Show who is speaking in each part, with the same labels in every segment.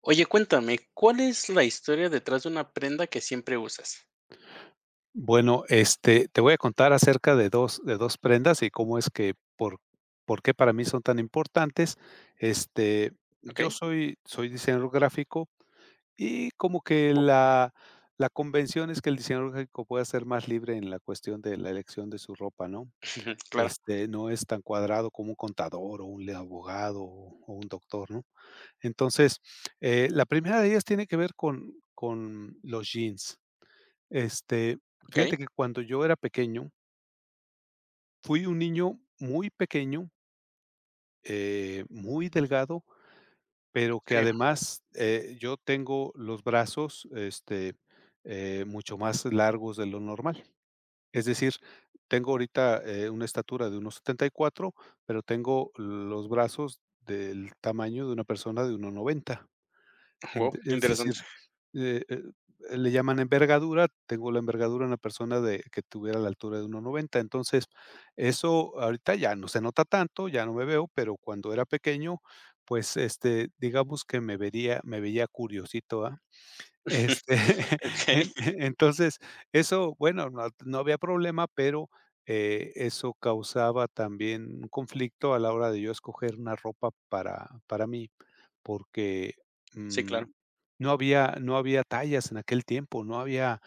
Speaker 1: Oye, cuéntame, ¿cuál es la historia detrás de una prenda que siempre usas?
Speaker 2: Bueno, te voy a contar acerca de dos prendas y cómo es que por qué para mí son tan importantes. Este, yo
Speaker 1: Okey.
Speaker 2: soy diseñador gráfico y como que
Speaker 1: Oh.
Speaker 2: la convención es que el diseñador gráfico puede ser más libre en la cuestión de la elección de su ropa, ¿no?
Speaker 1: Claro,
Speaker 2: No es tan cuadrado como un contador o un le abogado o un doctor, ¿no? Entonces, la primera de ellas tiene que ver con los jeans. Este, fíjate
Speaker 1: okey.
Speaker 2: que cuando yo era pequeño, fui un niño muy pequeño, muy delgado,
Speaker 1: ¿En
Speaker 2: pero que
Speaker 1: serio?
Speaker 2: además, yo tengo los brazos, mucho más largos de lo normal. Es decir, tengo ahorita, una estatura de uno setenta y cuatro, pero tengo los brazos del tamaño de una persona de uno noventa. Ent
Speaker 1: Wow, qué
Speaker 2: es decir,
Speaker 1: interesante.
Speaker 2: eh eh, le llaman envergadura, tengo la envergadura de una persona de que tuviera la altura de uno noventa. Entonces, eso ahorita ya no se nota tanto, ya no me veo, pero cuando era pequeño, pues, digamos que me veía curiosito, ¿ah? Este,
Speaker 1: Okey.
Speaker 2: en entonces, eso, bueno, no había problema, pero, eso causaba también un conflicto a la hora de yo escoger una ropa para mí, porque,
Speaker 1: Sí,
Speaker 2: mm,
Speaker 1: claro.
Speaker 2: no había tallas en aquel tiempo, no había,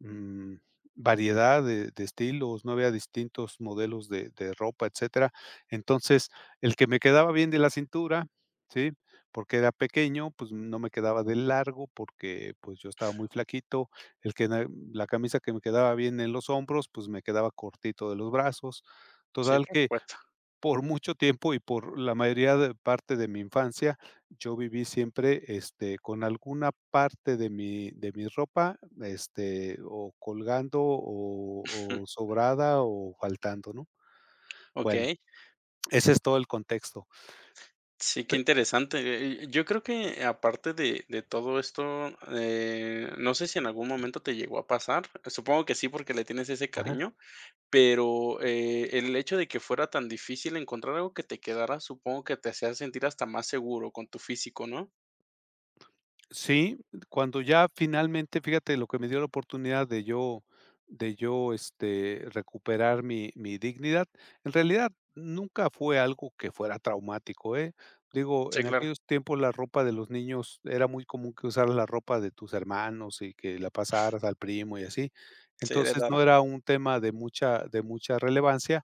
Speaker 2: mm, variedad de estilos, no había distintos modelos de ropa, etcétera. Entonces, el que me quedaba bien de la cintura, ¿sí? Porque era pequeño, pues, no me quedaba de largo, porque, pues, yo estaba muy flaquito, el que na la camisa que me quedaba bien en los hombros, pues, me quedaba cortito de los brazos.
Speaker 1: Sí,
Speaker 2: Total
Speaker 1: por
Speaker 2: que
Speaker 1: supuesto.
Speaker 2: por mucho tiempo y por la mayoría de parte de mi infancia, yo viví siempre, con alguna parte de mi ropa, o colgando o sobrada o faltando, ¿no? Bueno,
Speaker 1: Okey.
Speaker 2: ese es todo el contexto.
Speaker 1: Sí,
Speaker 2: Pe
Speaker 1: qué interesante. Yo creo que aparte de todo esto, no sé si en algún momento te llegó a pasar, supongo que sí, porque le tienes ese
Speaker 2: Ajá.
Speaker 1: cariño, pero, el hecho de que fuera tan difícil encontrar algo que te quedara, supongo que te hacía sentir hasta más seguro con tu físico, ¿no?
Speaker 2: Sí, cuando ya finalmente, fíjate lo que me dio la oportunidad de yo recuperar mi dignidad. En realidad, nunca fue algo que fuera traumático, ¿eh? Digo,
Speaker 1: Sí,
Speaker 2: en
Speaker 1: claro.
Speaker 2: aquellos tiempos la ropa de los niños era muy común que usaras la ropa de tus hermanos y que la pasaras al primo y así.
Speaker 1: Se
Speaker 2: Entonces,
Speaker 1: heredara.
Speaker 2: no era un tema de mucha relevancia.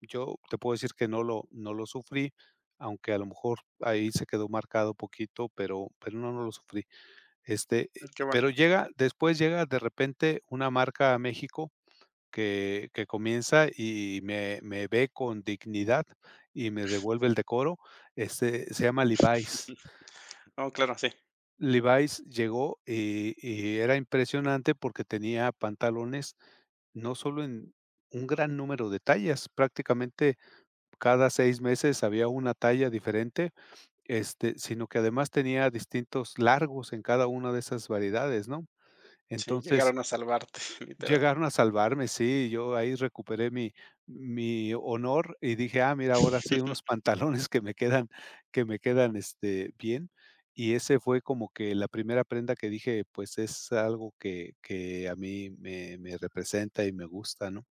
Speaker 2: Yo te puedo decir que no lo sufrí, aunque a lo mejor ahí se quedó marcado poquito, pero no, no lo sufrí.
Speaker 1: Qué bueno.
Speaker 2: Pero llega de repente una marca a México que comienza y me ve con dignidad y me devuelve el decoro, se llama Levi's.
Speaker 1: No, claro, sí.
Speaker 2: Levi's llegó y era impresionante porque tenía pantalones no solo en un gran número de tallas, prácticamente cada 6 meses había una talla diferente, sino que además tenía distintos largos en cada una de esas variedades, ¿no?
Speaker 1: Sí,
Speaker 2: Entonces,
Speaker 1: llegaron a salvarte, literal.
Speaker 2: llegaron a salvarme, sí, yo ahí recuperé mi honor y dije: "Ah, mira, ahora sí, unos pantalones que me quedan, bien". Y ese fue como que la primera prenda que dije, pues, es algo que a mí me representa y me gusta, ¿no?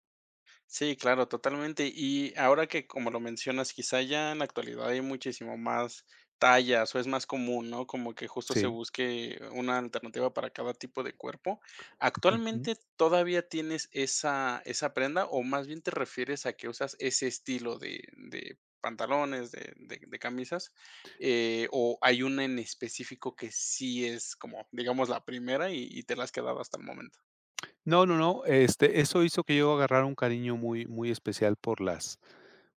Speaker 1: Sí, claro, totalmente. Y ahora que como lo mencionas, quizá ya en la actualidad hay muchísimo más tallas o es más común, ¿no? Como que justo se
Speaker 2: Sí,
Speaker 1: busque una alternativa para cada tipo de cuerpo.
Speaker 2: ujú.
Speaker 1: ¿Actualmente todavía tienes esa, esa prenda o más bien te refieres a que usas ese estilo de pantalones, de, de camisas? ¿O hay una en específico que sí es como, digamos, la primera y te la has quedado hasta el momento?
Speaker 2: No, no, no, eso hizo que yo agarrara un cariño muy muy especial por las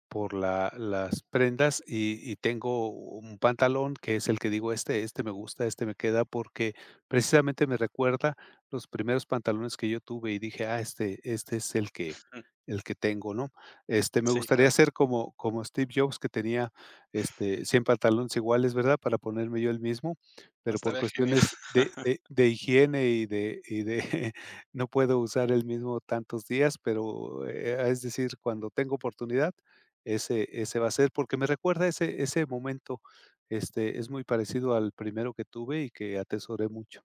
Speaker 2: por la las prendas y tengo un pantalón que es el que digo: "Este me gusta, este me queda", porque precisamente me recuerda los primeros pantalones que yo tuve y dije: "Ah, este es el que
Speaker 1: Ujú.
Speaker 2: el que tengo", ¿no? Me
Speaker 1: Sí,
Speaker 2: gustaría
Speaker 1: claro,
Speaker 2: ser como Steve Jobs, que tenía, 100 pantalones iguales, ¿verdad? Para ponerme yo el mismo, pero por
Speaker 1: estaría genial.
Speaker 2: cuestiones de de de higiene y de no puedo usar el mismo tantos días, pero, es decir, cuando tengo oportunidad ese va a ser, porque me recuerda ese momento, es muy parecido al primero que tuve y que atesoré mucho.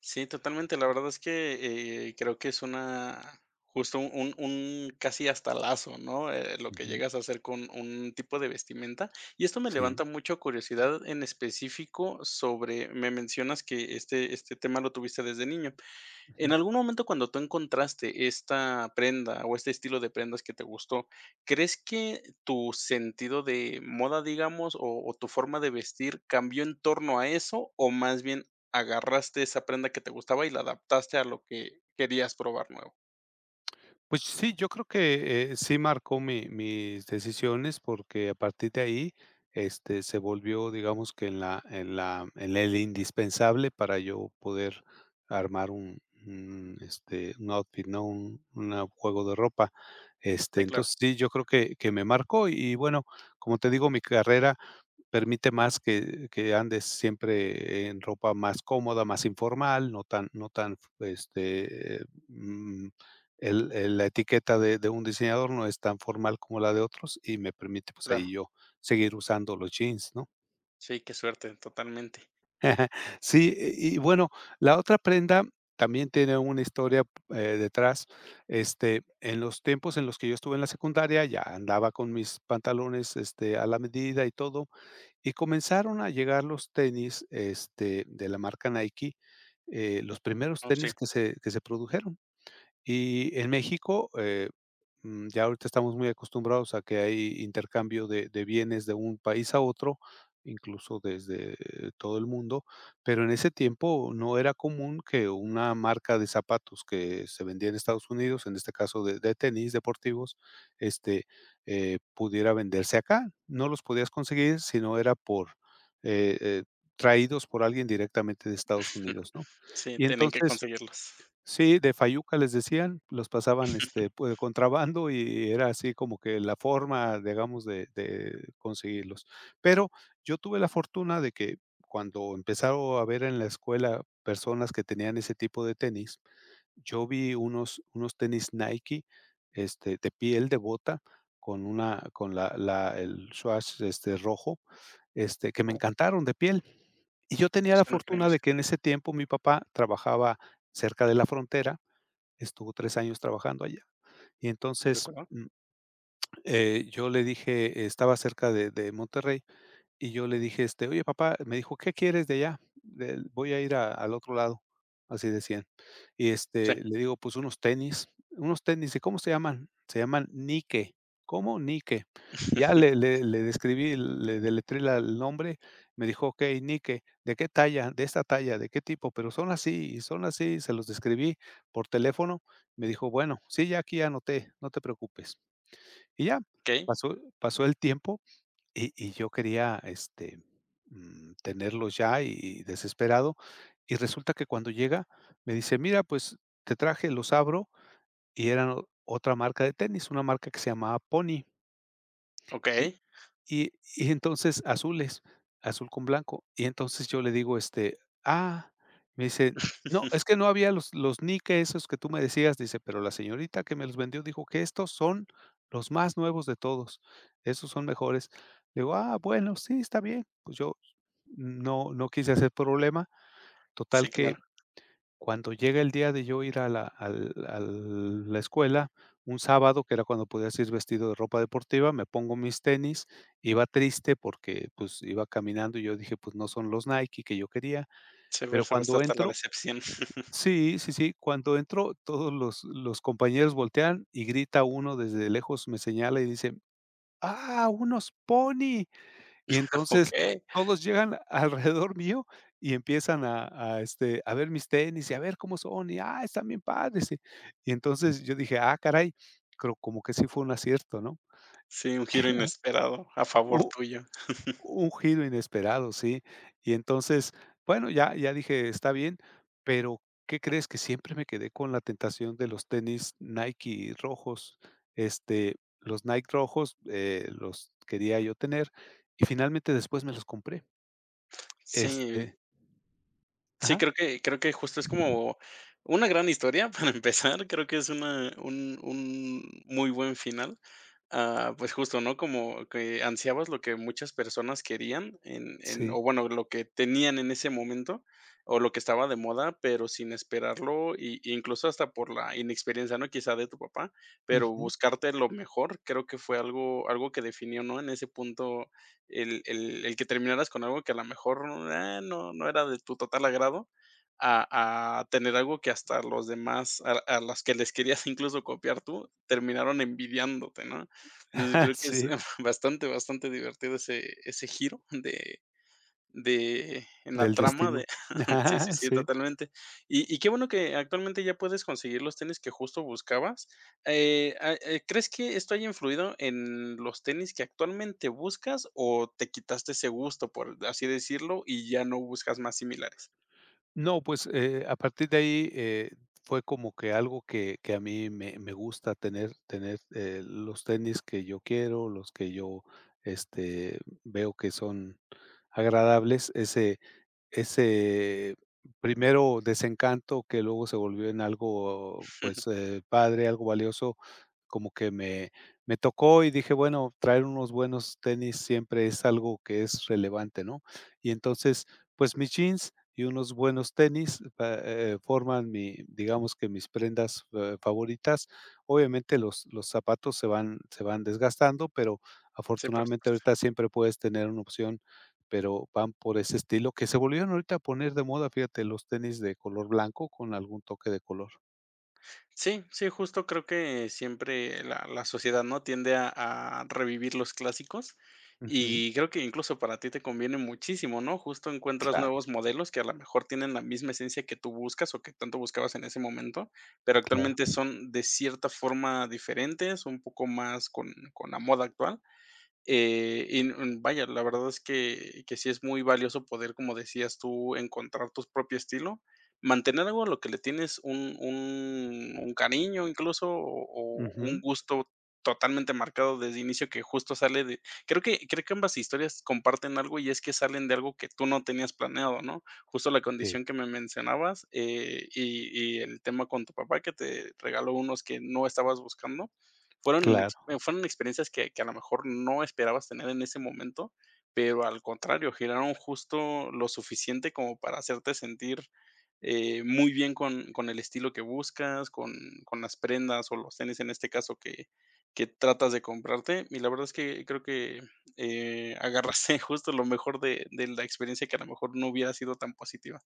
Speaker 1: Sí, totalmente. La verdad es que, creo que es una justo un casi hasta lazo, ¿no? Lo que
Speaker 2: Ujú,
Speaker 1: llegas a hacer con un tipo de vestimenta. Y esto me
Speaker 2: sí,
Speaker 1: levanta mucho curiosidad en específico sobre me mencionas que este tema lo tuviste desde niño. En
Speaker 2: ujú.
Speaker 1: algún momento cuando tú encontraste esta prenda o este estilo de prendas que te gustó, ¿crees que tu sentido de moda, digamos, o tu forma de vestir cambió en torno a eso? ¿O más bien agarraste esa prenda que te gustaba y la adaptaste a lo que querías probar nuevo?
Speaker 2: Pues sí, yo creo que, sí marcó mi mis decisiones, porque a partir de ahí, se volvió, digamos que en el indispensable para yo poder armar un outfit, ¿no? Un juego de ropa.
Speaker 1: Sí, claro,
Speaker 2: Entonces sí, yo creo que me marcó y bueno, como te digo, mi carrera permite más que andes siempre en ropa más cómoda, más informal, no tan, el la etiqueta de un diseñador no es tan formal como la de otros y me permite, pues, ahí
Speaker 1: claro.
Speaker 2: yo seguir usando los jeans, ¿no?
Speaker 1: Sí, qué suerte, totalmente.
Speaker 2: Sí, y bueno, la otra prenda también tiene una historia, detrás. En los tiempos en los que yo estuve en la secundaria, ya andaba con mis pantalones, a la medida y todo. Y comenzaron a llegar los tenis, de la marca Nike, los primeros
Speaker 1: No, sí.
Speaker 2: tenis que se produjeron. Y en México, ya ahorita estamos muy acostumbrados a que hay intercambio de bienes de un país a otro, incluso desde todo el mundo, pero en ese tiempo no era común que una marca de zapatos que se vendía en Estados Unidos, en este caso de tenis deportivos, este, pudiera venderse acá. No los podías conseguir si no era por, eh eh, traídos por alguien directamente de Estados Unidos, ¿no?
Speaker 1: Sí,
Speaker 2: Y
Speaker 1: tienen que
Speaker 2: entonces
Speaker 1: conseguirlos.
Speaker 2: sí, de fayuca les decían, los pasaban, pues, de contrabando y era así como que la forma, digamos, de conseguirlos. Pero yo tuve la fortuna de que cuando empezaron a ver en la escuela personas que tenían ese tipo de tenis yo vi unos tenis Nike, de piel de bota con una con la la el swatch, rojo, que me
Speaker 1: No,
Speaker 2: encantaron de piel. Y yo tenía
Speaker 1: sí,
Speaker 2: la
Speaker 1: son
Speaker 2: fortuna de
Speaker 1: increíbles.
Speaker 2: que en ese tiempo mi papá trabajaba cerca de la frontera, estuvo 3 años trabajando allá. Y
Speaker 1: ¿De
Speaker 2: entonces,
Speaker 1: acuerdo?
Speaker 2: yo le dije estaba cerca de Monterrey, y yo le dije: "Oye, papá", me dijo: "¿Qué quieres de allá? Del voy a ir a al otro lado", así decían. Y,
Speaker 1: Sí.
Speaker 2: le digo: "Pues unos tenis", ¿y cómo se llaman? Se llaman Nike. ¿Cómo? Nike. Ya le le le describí, le deletré la el nombre, me dijo: "Okey, Nike, ¿de qué talla? De esta talla, ¿de qué tipo? Pero son así, y son así", se los describí por teléfono. Me dijo: "Bueno, sí, ya aquí anoté, no te preocupes". Y ya,
Speaker 1: Ok,
Speaker 2: pasó pasó el tiempo y yo quería, tenerlo ya y desesperado, y resulta que cuando llega me dice: "Mira, pues te traje", los abro y eran otra marca de tenis, una marca que se llamaba Pony,
Speaker 1: ok.
Speaker 2: y y entonces azules, azul con blanco. Y entonces yo le digo: "Ah", me dice: "No, es que no había los Nike esos que tú me decías", dice: "Pero la señorita que me los vendió dijo que estos son los más nuevos de todos, esos son mejores". Le digo: "Ah, bueno, sí, está bien". Pues yo no quise hacer problema. Total
Speaker 1: Sí,
Speaker 2: que
Speaker 1: claro.
Speaker 2: cuando llega el día de yo ir a la al al la escuela, un sábado, que era cuando podías ir vestido de ropa deportiva, me pongo mis tenis, iba triste porque, pues, iba caminando y yo dije: "Pues, no son los Nike que yo quería",
Speaker 1: Sí, por
Speaker 2: pero
Speaker 1: supuesto,
Speaker 2: cuando
Speaker 1: hasta la
Speaker 2: entro
Speaker 1: decepción.
Speaker 2: sí, sí, sí, cuando entro, todos los compañeros voltean y grita uno desde lejos, me señala y dice: "¡Ah, unos Pony!". Y entonces
Speaker 1: Okey.
Speaker 2: todos llegan alrededor mío y empiezan a ver mis tenis y a ver cómo son y, ah, están bien padres. Y entonces yo dije: "Ah, caray", pero como que sí fue un acierto, ¿no?
Speaker 1: Sí, un giro inesperado a favor
Speaker 2: U
Speaker 1: tuyo.
Speaker 2: un giro inesperado, sí. Y entonces, bueno, ya dije: "Está bien", pero, ¿qué crees? Que siempre me quedé con la tentación de los tenis Nike rojos. Los Nike rojos, los quería yo tener y finalmente después me los compré.
Speaker 1: Sí,
Speaker 2: Este
Speaker 1: sí,
Speaker 2: ajá.
Speaker 1: creo que justo es como una gran historia para empezar, creo que es una un muy buen final. Ah, pues justo, ¿no? Como que ansiabas lo que muchas personas querían en
Speaker 2: Sí,
Speaker 1: o bueno, lo que tenían en ese momento, o lo que estaba de moda, pero sin esperarlo, y e incluso hasta por la inexperiencia, ¿no? Quizá de tu papá, pero
Speaker 2: ujú,
Speaker 1: buscarte lo mejor, creo que fue algo algo que definió, ¿no? En ese punto, el que terminaras con algo que a lo mejor, ah, no era de tu total agrado, a tener algo que hasta los demás, a las que les querías incluso copiar tú, terminaron envidiándote, ¿no? Entonces, creo que es
Speaker 2: sí,
Speaker 1: bastante, bastante divertido ese ese giro de en la
Speaker 2: del
Speaker 1: trama
Speaker 2: destino.
Speaker 1: de sí, sí, sí,
Speaker 2: Sí.
Speaker 1: totalmente. Y qué bueno que actualmente ya puedes conseguir los tenis que justo buscabas. ¿Crees que esto haya influido en los tenis que actualmente buscas o te quitaste ese gusto, por así decirlo, y ya no buscas más similares?
Speaker 2: No, pues, a partir de ahí, fue como que algo que a mí me gusta tener, los tenis que yo quiero, los que yo, este, veo que son agradables. Ese primero desencanto que luego se volvió en algo, pues, padre, algo valioso, como que me tocó y dije: "Bueno, traer unos buenos tenis siempre es algo que es relevante", ¿no? Y entonces, pues, mis jeans y unos buenos tenis, pa forman mi digamos que mis prendas, favoritas. Obviamente, los zapatos se van desgastando, pero
Speaker 1: Sí, por
Speaker 2: afortunadamente
Speaker 1: supuesto.
Speaker 2: ahorita siempre puedes tener una opción, pero van por ese estilo que se volvieron ahorita a poner de moda, fíjate, los tenis de color blanco con algún toque de color.
Speaker 1: Sí, sí, justo creo que siempre la, la sociedad, ¿no? Tiende a revivir los clásicos
Speaker 2: Ujú.
Speaker 1: y creo que incluso para ti te conviene muchísimo, ¿no? Justo encuentras
Speaker 2: Claro,
Speaker 1: nuevos modelos que a lo mejor tienen la misma esencia que tú buscas o que tanto buscabas en ese momento, pero
Speaker 2: claro.
Speaker 1: actualmente son de cierta forma diferentes, un poco más con la moda actual y, vaya, la verdad es que sí es muy valioso poder, como decías tú, encontrar tu propio estilo, mantener algo a lo que le tienes un cariño, incluso, o un
Speaker 2: Ujú.
Speaker 1: gusto totalmente marcado desde inicio que justo sale de creo que ambas historias comparten algo, y es que salen de algo que tú no tenías planeado, ¿no? Justo la
Speaker 2: Sí,
Speaker 1: condición que me mencionabas, y el tema con tu papá que te regaló unos que no estabas buscando, fueron en ex
Speaker 2: claro.
Speaker 1: fueron experiencias que a lo mejor no esperabas tener en ese momento, pero al contrario, giraron justo lo suficiente como para hacerte sentir, muy bien con el estilo que buscas, con las prendas o los tenis, en este caso, que tratas de comprarte. Y la verdad es que creo que, agarraste justo lo mejor de la experiencia que a lo mejor no hubiera sido tan positiva.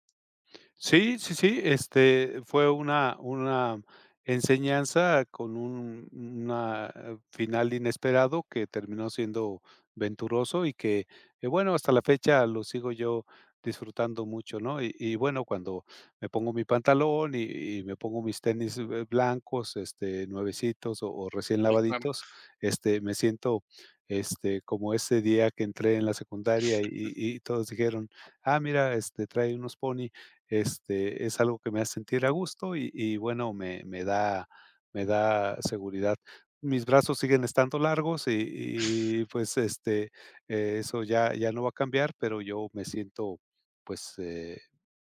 Speaker 2: Sí, sí, sí, fue una enseñanza con un final inesperado que terminó siendo venturoso y que, bueno, hasta la fecha lo sigo yo disfrutando mucho, ¿no? Y bueno, cuando me pongo mi pantalón y me pongo mis tenis, blancos, nuevecitos o recién
Speaker 1: Sí, claro.
Speaker 2: lavaditos, me siento, como ese día que entré en la secundaria y todos dijeron: "Ah, mira, trae unos Pony", es algo que me hace sentir a gusto y bueno, me da seguridad. Mis brazos siguen estando largos y pues, eso ya no va a cambiar, pero yo me siento, pues,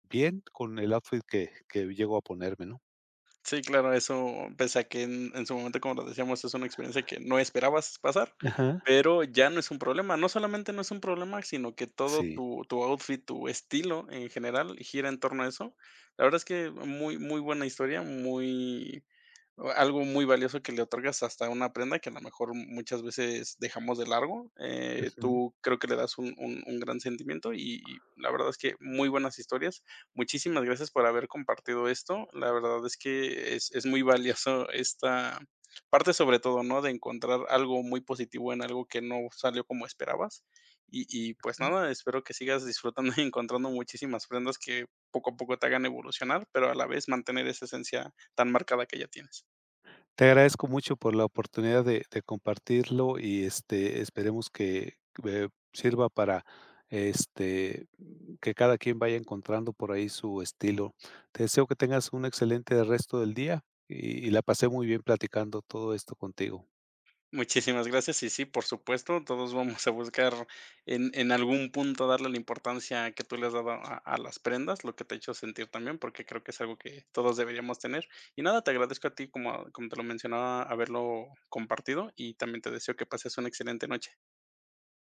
Speaker 2: bien con el outfit que llego a ponerme, ¿no?
Speaker 1: Sí, claro, eso, pese a que en su momento, como lo decíamos, es una experiencia que no esperabas pasar,
Speaker 2: Ajá.
Speaker 1: pero ya no es un problema. No solamente no es un problema, sino que todo
Speaker 2: Sí.
Speaker 1: tu, tu outfit, tu estilo en general gira en torno a eso. La verdad es que muy, muy buena historia, muy o algo muy valioso que le otorgas hasta una prenda que a lo mejor muchas veces dejamos de largo.
Speaker 2: Ujú.
Speaker 1: Tú creo que le das un gran sentimiento y la verdad es que muy buenas historias. Muchísimas gracias por haber compartido esto. La verdad es que es muy valioso esta parte, sobre todo, ¿no? De encontrar algo muy positivo en algo que no salió como esperabas. Y pues nada, espero que sigas disfrutando y encontrando muchísimas prendas que poco a poco te hagan evolucionar, pero a la vez mantener esa esencia tan marcada que ya tienes.
Speaker 2: Te agradezco mucho por la oportunidad de compartirlo y, esperemos que ve sirva para, este, que cada quien vaya encontrando por ahí su estilo. Te deseo que tengas un excelente resto del día y la pasé muy bien platicando todo esto contigo.
Speaker 1: Muchísimas gracias. Y sí, por supuesto, todos vamos a buscar en algún punto darle la importancia que tú le has dado a las prendas, lo que te ha hecho sentir también, porque creo que es algo que todos deberíamos tener. Y nada, te agradezco a ti, como, como te lo mencionaba, haberlo compartido y también te deseo que pases una excelente noche.